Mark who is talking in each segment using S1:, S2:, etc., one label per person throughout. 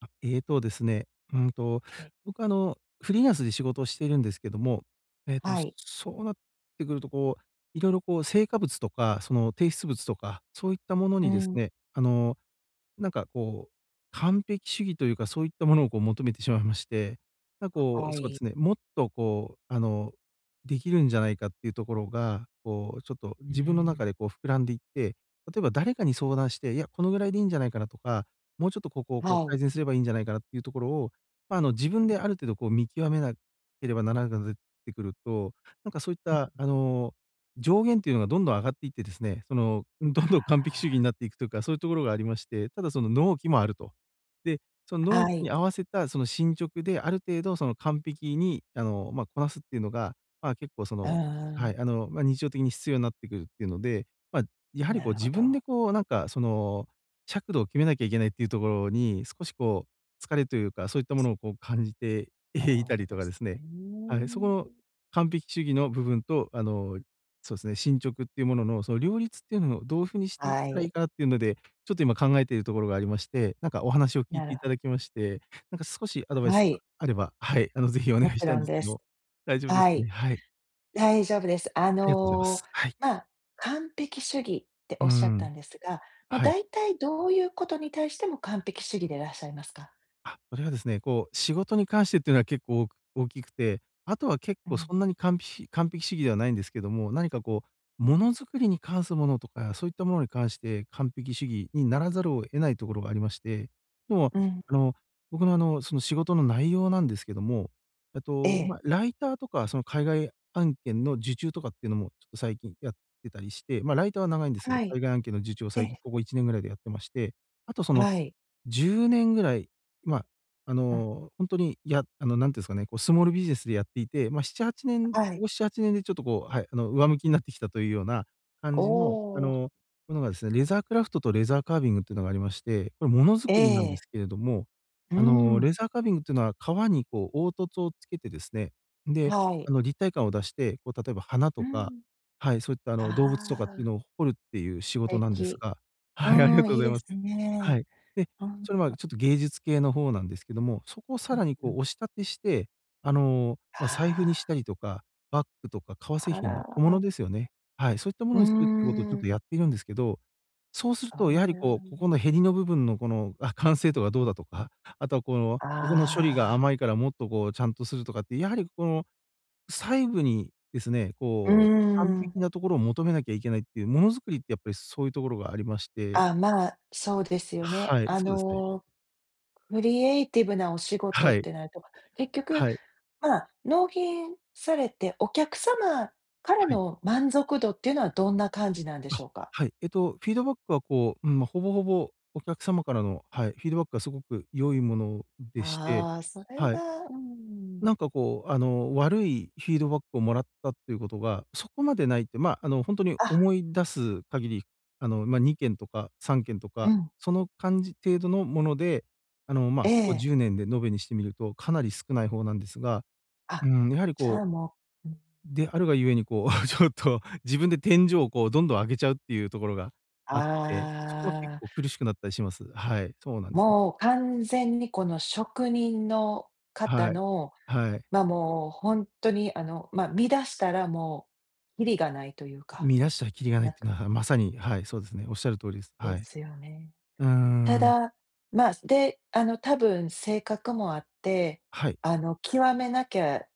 S1: あ、ええとですね、うんと、僕、フリーランスで仕事をしているんですけども、
S2: はい。
S1: そうなってくるとこう、いろいろこう成果物とか、その提出物とか、そういったもの
S2: う
S1: にです
S2: ん。
S1: ね、なんかこう、完璧主義というか、そういったものをこう求めてしまいまして、
S2: は
S1: そうで
S2: い。
S1: すね、もっとこう、できるんじゃないかっていうところが、こうちょっと
S2: う
S1: 自分の中
S2: ん。
S1: でこう膨らんでいって、例えば誰かに相談して、いや、このぐらいでいいんじゃないかなとか、もうちょっとここをこう
S2: は
S1: 改
S2: い。
S1: 善すればいいんじゃないかなっていうところを、自分である程度こう見極めなければならなくなってくると、そういっ
S2: うん。
S1: た、上限っていうのがどんどん上がっていってですね、その、どんど
S2: あ
S1: ん完璧主義になっていくというか、そういうところがありまして、ただその納期もあると。で、その
S2: あ、
S1: 納
S2: は
S1: 期に
S2: い。
S1: 合わせたその進捗である程度その完璧に、こなすっていうのが、まあ、結構そ
S2: う
S1: の、は
S2: ん
S1: い、日常的に必要になってくるっていうので、まあ、や
S2: ん。
S1: はり
S2: な
S1: こう
S2: るほ
S1: 自分
S2: ど。
S1: で尺度を決めなきゃいけないっていうところに、少しこう、疲れというか、そういったものをこう感じて いた
S2: そう
S1: りと
S2: で
S1: かで
S2: す
S1: すね。はい、
S2: ね。
S1: そこの完璧主義の部分と、そうですね、進捗っていうものの、その両立っていうのをどういうふうにしていっ
S2: は
S1: たらい
S2: い。
S1: いかなっていうので、ちょっと今考えているところがありまして、なんかお話を聞い
S2: な
S1: て
S2: る
S1: い
S2: ほ
S1: ただきまして、なんか少しアド
S2: ど。
S1: バイス
S2: は
S1: が
S2: い。
S1: あれば、はい、ぜひお
S2: も
S1: 願いし
S2: ち
S1: た
S2: ろ
S1: いん
S2: ん
S1: です
S2: で
S1: けど
S2: す。
S1: も、大丈夫です
S2: は
S1: か
S2: い。
S1: ね？はい、
S2: 大丈夫です。
S1: ありがとうございます。はい。
S2: まあ、完璧主義って
S1: う
S2: おっしゃった
S1: ん、
S2: んですが、もう
S1: はい。
S2: 大体どういうことに対しても完璧主義でいらっしゃいますか？
S1: それはですね、こう、仕事に関してっていうのは結構大きくて、あとは結
S2: う
S1: 構
S2: ん。
S1: そんなに完璧主義ではないんですけども、何かこう、
S2: う
S1: も
S2: ん。
S1: のづくりに関するものとか、そういったものに関して完璧主義にならざるを得ないところがありまして、でも、
S2: うん。
S1: あの、僕の、その仕事の内容なんですけども、
S2: ええ。
S1: ライターとか、その海外案件の受注とかっていうのもちょっと最近やってたりして、ライターは長いんですけど、
S2: はい。
S1: 海外案件の受注を
S2: え
S1: 最近
S2: え。
S1: ここ1年ぐらいでやってまして、あとその
S2: はい。
S1: 10年ぐらい、まあ、
S2: うん。
S1: ほんとに、やあの、なんていうんすかね、こう、スモールビジネスでやっていて、7、8年、こ
S2: はい。
S1: こ7、年でちょっとこう、はい、上向きになってきたというような感
S2: お
S1: じの、
S2: お。
S1: ものがですね、レザークラフトとレザーカービングっていうのがありまして、これものづ
S2: え
S1: くりなんで
S2: え。
S1: すけれども、
S2: うん、
S1: レザーカービングっていうのは革にこう、凹凸をつけてですね、で、
S2: はい。
S1: 立体感を出して、こう、例えば花
S2: う
S1: とか、
S2: ん。
S1: はい、そういった
S2: あ
S1: 動物とかっていう
S2: あ、
S1: のを彫るっていう仕
S2: 素
S1: 事なんです
S2: 敵。
S1: が。はい、あり
S2: う
S1: が
S2: ん、
S1: とう
S2: い
S1: ご
S2: い
S1: ざい
S2: で
S1: ま
S2: す
S1: す。は
S2: ね。
S1: い。で、
S2: うん、
S1: それはちょっと芸術系の方なんですけども、そこをさ
S2: う
S1: らにこ
S2: ん。
S1: う押し立てして、財布にし
S2: あ
S1: たりとか、バッグとか革製
S2: あ、あ
S1: 品の
S2: ら、
S1: 小物ですよね。はい、そういったも
S2: う
S1: のにするってことをちょっと
S2: ん、
S1: やっているんですけど、そうする
S2: そ
S1: とやはり
S2: れは
S1: こう、ここ
S2: ね。
S1: のへりの部分のこの、完成度がどうだとか、あとはこの、ここの処理が
S2: ああ、
S1: 甘いからもっとこうちゃんとするとかって、やはりこの細部にですね、
S2: う
S1: こう完
S2: ん。
S1: 璧なところを求めなきゃいけないっていう、ものづくりってやっぱりそういうところがありまして。
S2: あ、まあ、そうですよね。
S1: はい、
S2: あ
S1: そうですね。
S2: の、クリエイティブなお仕事
S1: は
S2: っ
S1: い。
S2: てなると、結局、
S1: はい。
S2: まあ、納品されて、お客様から
S1: はい。
S2: の満足度っていうのはどんな感じなんでし
S1: あ、
S2: ょうか？
S1: はい。フィードバックはこう、うん、ほぼほぼお客様からの、はい、フィードバックはすごく良いものでして、
S2: ああ、それ
S1: はい。
S2: がうん。
S1: 悪いフィードバックをもらったっていうことが、そこまでないって、ま、あの、ほんとに
S2: あ、
S1: 思い出す限り、2件とか3件と
S2: う
S1: か、
S2: ん、
S1: その感じ程度のもので、
S2: え
S1: ここ
S2: え。
S1: 10年で延べにしてみると、かなり少ない方なんですが、う
S2: あ、
S1: ーん、やはり
S2: じゃあ
S1: こう
S2: もううん、
S1: であるがゆえにこう ちょっと自分で天井をこうどんどん上げちゃうっていうところがあって、そこは結
S2: ああ、
S1: 構苦しくなったりします。はい、そうなんですよね。
S2: もう完全にこの職人の方
S1: はい。
S2: の、
S1: はい。
S2: ま、もうほんとにま、乱したらもうきりがないというか、
S1: 見出したらきりがない
S2: な
S1: っ
S2: ん
S1: てい
S2: か
S1: うのは、まさに、はい、そうですね。おっしゃる通りです。
S2: で
S1: はい。
S2: すよね。
S1: うー
S2: た
S1: ん、
S2: だ、ま、で、あの、多分性格もあって、
S1: はい。
S2: あの、極めなきゃ、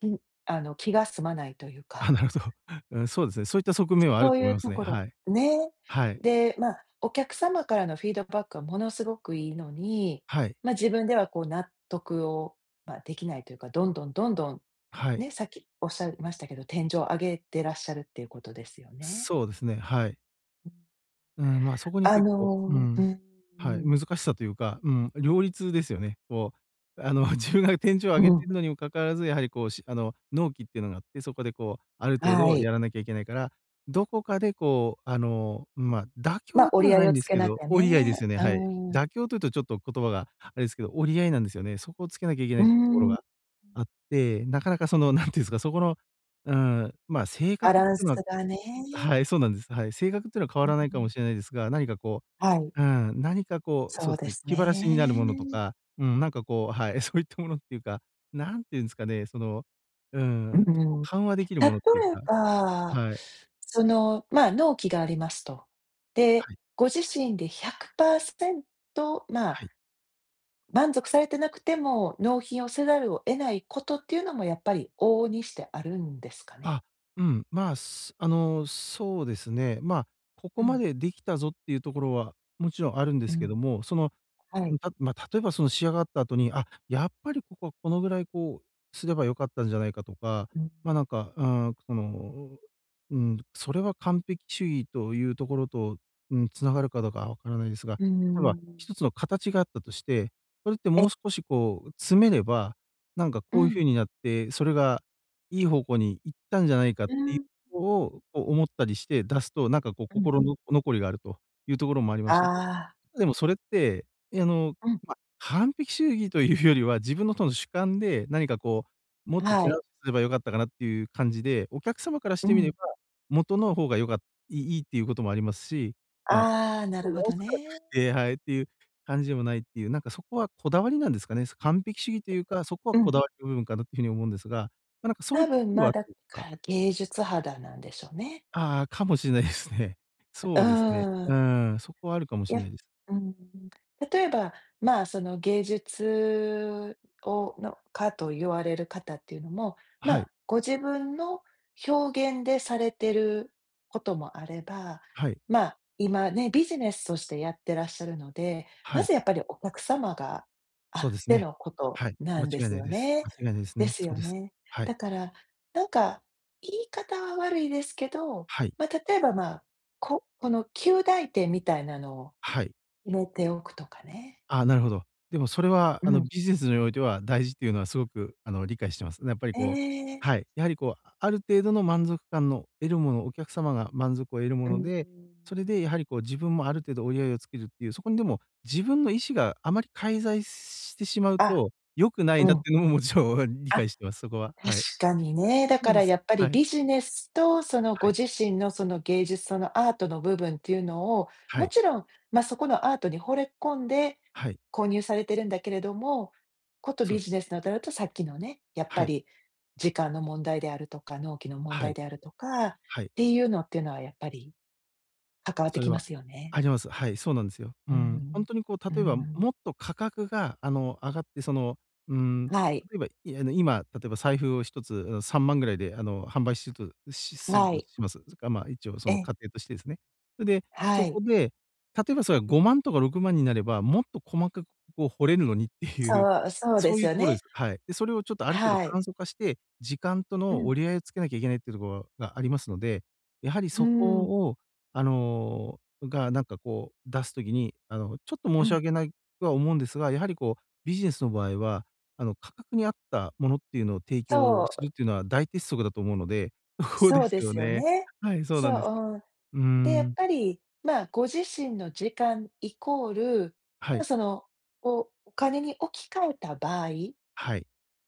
S2: きあの、気が済まないという
S1: あ、
S2: か。
S1: なるほど。うん、そうですね。そういった側面はあ
S2: そ
S1: る
S2: う
S1: と
S2: い
S1: 思い
S2: う
S1: ます
S2: と
S1: ね。
S2: ころ、
S1: はい。
S2: ね。
S1: はい。
S2: で、まあ、お客様からのフィードバックはものすごくいいのに、
S1: はい。
S2: まあ、自分ではこう納得を、まあ、できないというか、どんどんどんどん、
S1: はい。
S2: ね、さっきおっしゃいましたけど、天井を上げてらっしゃるっていうことですよね。
S1: そうですね、はい。
S2: うん。
S1: うん、そこに
S2: あ
S1: 結構う
S2: のー
S1: ん。
S2: う
S1: はい、
S2: ん、
S1: 難しさというか、うん、両立ですよね。こう、自分が天井を
S2: う
S1: 上げ
S2: ん、
S1: てるのにもかかわらず、やはりこう、しあの、納期っていうのがあって、そこでこう、ある程
S2: は
S1: 度や
S2: い。
S1: らなきゃいけないから、どこかでこう、妥
S2: まあ、
S1: 協で
S2: 折り
S1: は
S2: 合
S1: な
S2: い
S1: い
S2: を
S1: んで
S2: つ
S1: す
S2: け
S1: け
S2: なき
S1: ど、
S2: ゃ
S1: 折り合いで
S2: ね。
S1: すよね、
S2: う
S1: はい。
S2: ん、
S1: 妥協というとちょっと言葉があれですけど、折り合いなんですよね。そこをつけなきゃいけな
S2: う
S1: いところ
S2: ん、
S1: があって、なかなかその、なんていうんですか、そこの、うん、性
S2: バ
S1: 格っ
S2: ラン
S1: て
S2: ス
S1: いうのは、
S2: がね。
S1: はい、そうなんです。はい。性格っていうのは変
S2: う
S1: わらないか
S2: ん、
S1: もしれないですが、
S2: はい、
S1: 何かこう、そ
S2: そ
S1: う
S2: う
S1: で
S2: で
S1: すね、
S2: す
S1: 気晴らしになるものと
S2: ね。
S1: か、うん、はい、そういったものっていうか、なんていうんですかね、その、う
S2: う
S1: ん、そこ
S2: ん。
S1: 緩和できる
S2: 例え
S1: ものっていうか、
S2: ば、
S1: はい、
S2: その、まあ、納期がありますと。で、
S1: はい、
S2: ご自身で100%ま
S1: は
S2: あ、
S1: い。
S2: 満足されてなくても、納品をせざるを得ないことっていうのもやっぱり往々にしてあるんですかね？
S1: あ、うん、まあ、すあの、そうですね。ここ
S2: う
S1: ま
S2: ん、
S1: でできたぞっていうところは、もちろんあるんで
S2: う
S1: すけど
S2: ん、
S1: も、その、
S2: はい、
S1: 例えばその仕上がった後に、あ、やっぱりここはこのぐらいこうすればよかったんじゃないかとか、
S2: うん。
S1: ま、なんか、うん、その、うん、それは完璧主義というところと、うん、つながるかどうかはわからないですが、
S2: うー
S1: 例えば
S2: ん。
S1: 一つの形があったとして、それって
S2: え、
S1: もう少しこう詰めれば、なんか
S2: う
S1: こういう
S2: ん、
S1: 風になって、それがいい方向に行ったんじゃないかっ
S2: う
S1: ていう
S2: ん、
S1: ことを、こう思ったりして出すと、なんかこう
S2: うん。
S1: 心の残りがあるというところもありまして、
S2: ああ、
S1: でもそれって、あの、
S2: うん、
S1: 完璧主義というよりは、自分のとの主観で、何かこう、もっと
S2: は
S1: 手
S2: い、
S1: 直しすれば良かったかなっていう感じで、お客様からし
S2: う
S1: てみれ
S2: ん。
S1: ば、元の方がよかいいいっていうこともありますし、ま、
S2: ああ、な
S1: そこ
S2: る
S1: を
S2: ほ
S1: 直
S2: ど
S1: すから
S2: ね。
S1: といってはい、っていう感じでもないっていう、なんかそこはこだわりなんですかね。完璧主義というか、そこは
S2: う
S1: こ
S2: ん、
S1: だわりの部分かなっていう風に思うんですが、そう
S2: 多
S1: いったと
S2: 分、
S1: ころ
S2: ま
S1: は
S2: あ、
S1: あっ
S2: だ
S1: た
S2: か
S1: りとか、
S2: ら芸術肌なんでしょうね。
S1: ああ、かもしれないですね。
S2: うう
S1: そうですね。
S2: ー
S1: う
S2: ん。
S1: ーん、そこはあるかもし
S2: や、
S1: れないです。
S2: うん、例えば、まあ、その芸術をの家と言われる方っていうのも、ま
S1: はい、
S2: あ、ご自分の表現でされてることもあれば、
S1: はい、
S2: まあ、今ね、ビジネスとしてやってらっしゃるので、
S1: は
S2: ま
S1: い、
S2: ずやっぱりお客様があっ
S1: そうです
S2: て
S1: ね。
S2: のこと
S1: はい、
S2: な
S1: 間
S2: んで
S1: 違い
S2: す
S1: ない
S2: よ
S1: です。
S2: ね。
S1: 間違いないです
S2: で
S1: ね。
S2: す
S1: そう
S2: よ
S1: です。
S2: ね。
S1: はい、
S2: だから、なんか、言い方は悪いですけど、
S1: はい、
S2: まあ、例えば、まあ、ここの及第点みたいなのを
S1: はい。
S2: 入れておくとかね。
S1: あ、なるほど。でもそれは、
S2: うん。
S1: ビジネスにおいては大事っていうのはすごく、理解してます。やっぱり
S2: え
S1: こう
S2: え、
S1: はい、やはりこう、ある程度の満足感の得るもの、お客様が満足を得るも
S2: うー
S1: の
S2: ん。
S1: で、それでやはりこう自分もある程度折り合いをつけるっていう、そこにでも自分の意思があまり介在してしまう
S2: あ、
S1: と、良くない
S2: う
S1: なっ
S2: ん。
S1: ていうのももちろん 理
S2: あ、
S1: 解してます、そこは。
S2: 確
S1: はい。
S2: かにね。だ
S1: そ
S2: か
S1: うで
S2: ら
S1: す。
S2: やっぱり
S1: はい。
S2: ビジネスとその
S1: は
S2: ご
S1: い。
S2: 自身のその芸術、そのアートの部分っていうのを、
S1: は
S2: も
S1: い。
S2: ちろん、ま、そこのアートに惚れ込んで
S1: はい。
S2: 購入されてるんだけれども、こと
S1: そ
S2: ビ
S1: うで
S2: ジネ
S1: す。
S2: スのとなるとさっきのね、やっぱ
S1: はい。
S2: り時間の問題であるとか、納期の問
S1: は
S2: 題
S1: い。
S2: であるとかっ
S1: はい。
S2: ていうのっていうのはやっぱり関わって
S1: それ
S2: きま
S1: は
S2: すよね。
S1: あります。はい、そうなんですよ。う
S2: う
S1: ん。ほ
S2: ん
S1: んとにこう
S2: うん
S1: 例
S2: う
S1: えば、
S2: ん。
S1: も
S2: うーん。
S1: っと価格が上がってその、うーん、
S2: はい。
S1: 例えば、いあの、今、例えば財布を1つ、3万ぐらいで販売しとしする
S2: は
S1: と
S2: い。
S1: します。それか、まあ、一応そ
S2: え
S1: の
S2: え、
S1: 仮定としてですね。それで、
S2: は
S1: そ
S2: い。
S1: こで、例えばそれが
S2: うん。
S1: 5万とか6万になれば、もっと細かくこう掘れるのにって
S2: そ
S1: いう、
S2: うそうで
S1: そう
S2: す
S1: いう
S2: よ
S1: ところで
S2: ね。
S1: す。はい。で、それをちょっとある程度
S2: はい。
S1: 簡素化して、時間と
S2: う
S1: の
S2: ん。
S1: 折り合いをつけなきゃいけないっていうところがありますので、やはり
S2: う
S1: そ
S2: ん。
S1: こをなんかこう出すときに、ちょっと
S2: う
S1: 申し
S2: ん。
S1: 訳ないとは思うんですが、やはりこう、ビジネスの場合は、価格に合ったものっていうのを提供
S2: そ
S1: する
S2: う、
S1: っていうのは大鉄則だと思うので、そこで
S2: そう
S1: す
S2: で
S1: よ
S2: すよ
S1: ね。
S2: ね。
S1: はい、そう
S2: そ
S1: なんです。
S2: う、うん。
S1: うー
S2: で、やっ
S1: ん。
S2: ぱり、まあ、ご自身の時間イコール、
S1: は
S2: まあ、
S1: い。
S2: その、お金に置き換えた場合っ
S1: はい。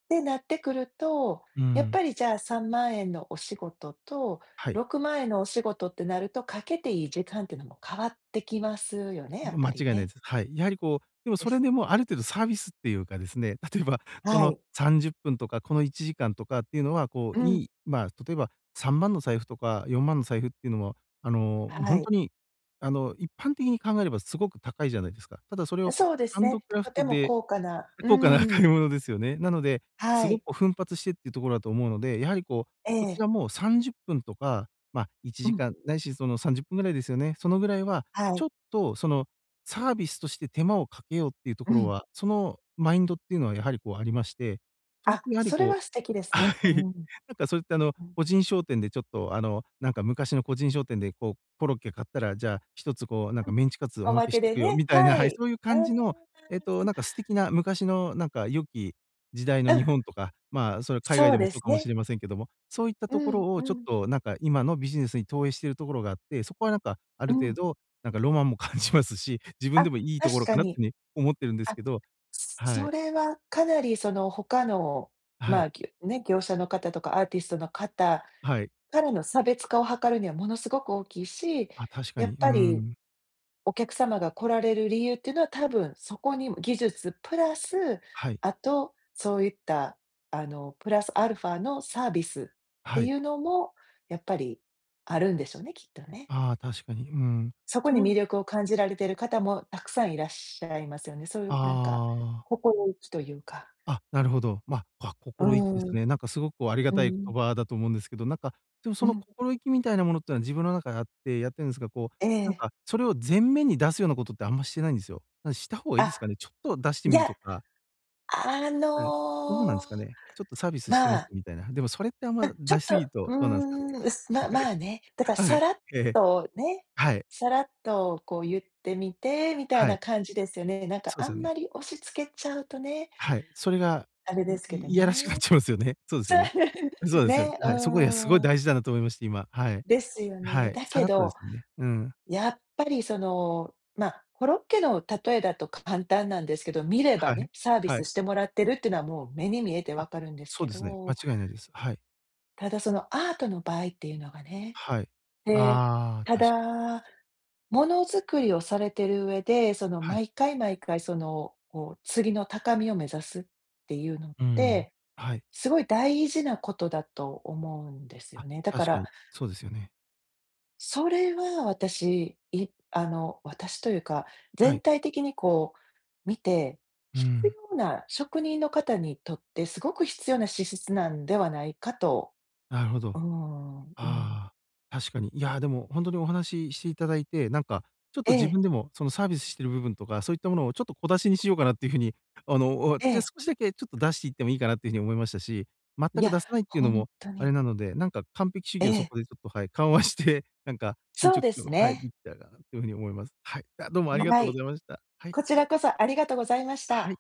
S2: てなってくると、
S1: うー
S2: やっ
S1: ん。
S2: ぱりじゃあ3万円のお仕事と
S1: はい。
S2: 6万円のお仕事ってなると、かけていい時間っていうのも変わってきますよね、やっ
S1: ま、
S2: ぱ
S1: 間
S2: り
S1: 違いない
S2: ね。
S1: です。はい。やはりこう、でも
S2: で
S1: それ
S2: す。
S1: でもある程度サービスっていうかですね、例えばこ
S2: は
S1: の
S2: い。
S1: 30分とか、この1時間とかっていうのは、こ
S2: う
S1: う、
S2: ん。
S1: いい、まあ、例えば3万の財布とか4万の財布っていうのも、ほ
S2: は
S1: んと
S2: い。
S1: に、一般的に考えればすごく高いじゃないですか。ただそれを
S2: そうです
S1: ハンド
S2: ね。
S1: クラフ
S2: とて
S1: ト
S2: も
S1: で
S2: 高価なう
S1: 高価な買
S2: ん。
S1: い物ですよね。なので、
S2: は
S1: すご
S2: い。
S1: く奮発してっていうところだと思うので、やはりこう、
S2: え
S1: こち
S2: え。
S1: らも30分とか、まあ、1
S2: うん。
S1: 時間、ないしその30分ぐらいですよね。そのぐらいは、
S2: はい。
S1: ちょっとそのサービスとして手間をかけようっていうと
S2: う
S1: ころ
S2: ん。
S1: は、そのマインドっていうのはやはりこうありまして、それ
S2: あ、
S1: ってやはり
S2: それ
S1: こ
S2: は
S1: う
S2: 素敵で す
S1: は
S2: ね。
S1: い。
S2: うん、
S1: それって
S2: うん。
S1: 個人商店でちょっとあの、なんか昔の個人商店でこう、コロッケ買ったら、じゃあ一つこうなん
S2: う
S1: か
S2: ん。
S1: メンチカツお
S2: お
S1: ま
S2: ま
S1: けし
S2: け
S1: と
S2: で
S1: くよ
S2: ね、
S1: みたいな、
S2: は
S1: は
S2: い。うー
S1: い、
S2: ん。
S1: そういう感じの、素敵な昔のなんか良き時代の
S2: う
S1: 日
S2: ん、
S1: 本とか、まあ、それ海外
S2: そう
S1: でも
S2: で
S1: そう
S2: す
S1: かもし
S2: ね。
S1: れませんけども、そういった
S2: う
S1: とこ
S2: ん、
S1: ろ
S2: う
S1: をちょっ
S2: ん、
S1: となんか今のビジネスに投影しているところがあって、そこはなんかあ
S2: う
S1: る程
S2: ん。
S1: 度、なんかロマンも 感じますし、自分
S2: あ、
S1: でもいいとこ
S2: 確
S1: ろ
S2: か
S1: かなっ
S2: に。
S1: てね、思ってるんです
S2: あ、
S1: けど、は
S2: そ
S1: い、
S2: れはかなりその他の、
S1: は
S2: ま
S1: い、
S2: あ、ぎょね、業者の方とかアーティストの方
S1: はい。
S2: からの差別化を図るにはものすごく大きいし、
S1: あ、確か
S2: やっ
S1: に。うー
S2: ぱり
S1: ん。
S2: お客様が来られる理由っていうのは、多分そこにも技術プラス、
S1: はい。
S2: あと、そういった、あの、プラスアルファのサービスって
S1: はい。
S2: いうのも、やっぱりあるんでしょうね、きっとね。
S1: ああ、確かに。うん。
S2: そこ
S1: そ
S2: に魅
S1: の、
S2: 力を感じられている方もたくさんいらっしゃいますよね。そういうなんか、
S1: ああ、
S2: 心意気というか。
S1: あ、なるほど。あ、
S2: う
S1: 心意気です
S2: ーん、
S1: ね。なんかすごくありが
S2: う
S1: たい
S2: ん、
S1: 言葉だと思うんですけど、なんか、でもそ
S2: う
S1: の
S2: ん、
S1: 心意気みたいなものってのは自分の中であってやってるんですが、こう、
S2: え
S1: なん
S2: え。
S1: かそれを前面に出すようなことってあんましてないんですよ。なんした方がいいで
S2: あ、
S1: すかね？ちょっと出して
S2: い
S1: みる
S2: や、
S1: とか、
S2: あ
S1: はい。どうなんで
S2: の、
S1: すかね？ちょっとサービスして
S2: ま
S1: ます
S2: あ
S1: みたいな。でもそれってあんま
S2: ちょ
S1: 出
S2: っ
S1: しす
S2: と、
S1: ぎる
S2: う
S1: とどうなんすかね？
S2: ーん、うすままあね、だから
S1: はい。は
S2: さ
S1: い。
S2: らっ
S1: ええ。
S2: とね、
S1: はい。
S2: さらっとこう言ってみてみたい
S1: は
S2: な
S1: い。
S2: 感じですよね。なんか
S1: そうで
S2: あ
S1: すよ
S2: んま
S1: ね。
S2: り押し付けちゃうとね、
S1: はい、それが、
S2: あれ
S1: い
S2: ですけ
S1: い
S2: ど
S1: いやらしくなっ
S2: ね。
S1: ちゃいますよね。そうですよね。
S2: そ
S1: そう
S2: う、
S1: ですよね。
S2: ね、
S1: はい、そこがすご
S2: う
S1: い
S2: ーん、
S1: 大事だなと思いまして、今、はい。
S2: ですよ
S1: は
S2: ね。
S1: い、
S2: だ
S1: さ
S2: け
S1: らっとで
S2: ど、
S1: すよね。うん。
S2: やっぱりその、まあ、コロッケの例えだと簡単なんですけど、見れば
S1: はい。
S2: ね、サービ
S1: は
S2: ス
S1: い。
S2: してもらってるっていうのはもう目に見えて
S1: あ、
S2: わかるんです
S1: そう
S2: け
S1: ですね、間
S2: ど、
S1: 違いないです。はい。
S2: ただそのアートの場合っていうのがね
S1: はい。
S2: で、
S1: ああ、
S2: た
S1: 確かに。
S2: だ、ものづくりをされてる上で、その
S1: はい。
S2: 毎回毎回その、こう次の高みを目指すっていうのっ
S1: うん。
S2: て、
S1: はい。
S2: すごい大事なことだと思うんです
S1: あ、
S2: よね。だか
S1: 確か
S2: ら、
S1: に、そうですよね。
S2: それは私、いあの、私というか、
S1: は
S2: 全
S1: い。
S2: 体的にこう見て、
S1: う
S2: 必
S1: ん、
S2: 要な職人の方にとってすごく必要な資質なんではないかと。
S1: なるほ
S2: う
S1: ど。
S2: ん、うん。
S1: ああ、確かに。いや、でも本当にお話ししていただいて、なんかちょっ
S2: え
S1: と自
S2: え、
S1: 分でもそのサービスしてる部分とか、そういったものをちょっと小出しにしようかなっていう風に、あの、お
S2: え
S1: じゃ、
S2: え。
S1: 少しだけちょっと出していってもいいかなっていう風に思いましたし、全
S2: い
S1: く
S2: や、
S1: 出さないっていうの
S2: 本
S1: も
S2: 当
S1: あれ
S2: に。
S1: なので、なんか完璧主
S2: え
S1: 義をそ
S2: え、
S1: こでちょっと、はい、緩和して、なんか進
S2: そう
S1: 捗
S2: で
S1: を、
S2: す
S1: はい、で
S2: ね。
S1: きたらなっていう風に思います。はい。あ、どうもありがと
S2: は
S1: うご
S2: い。
S1: ざいました。はい。
S2: こちらこそありがとうございまし
S1: は
S2: た。
S1: い。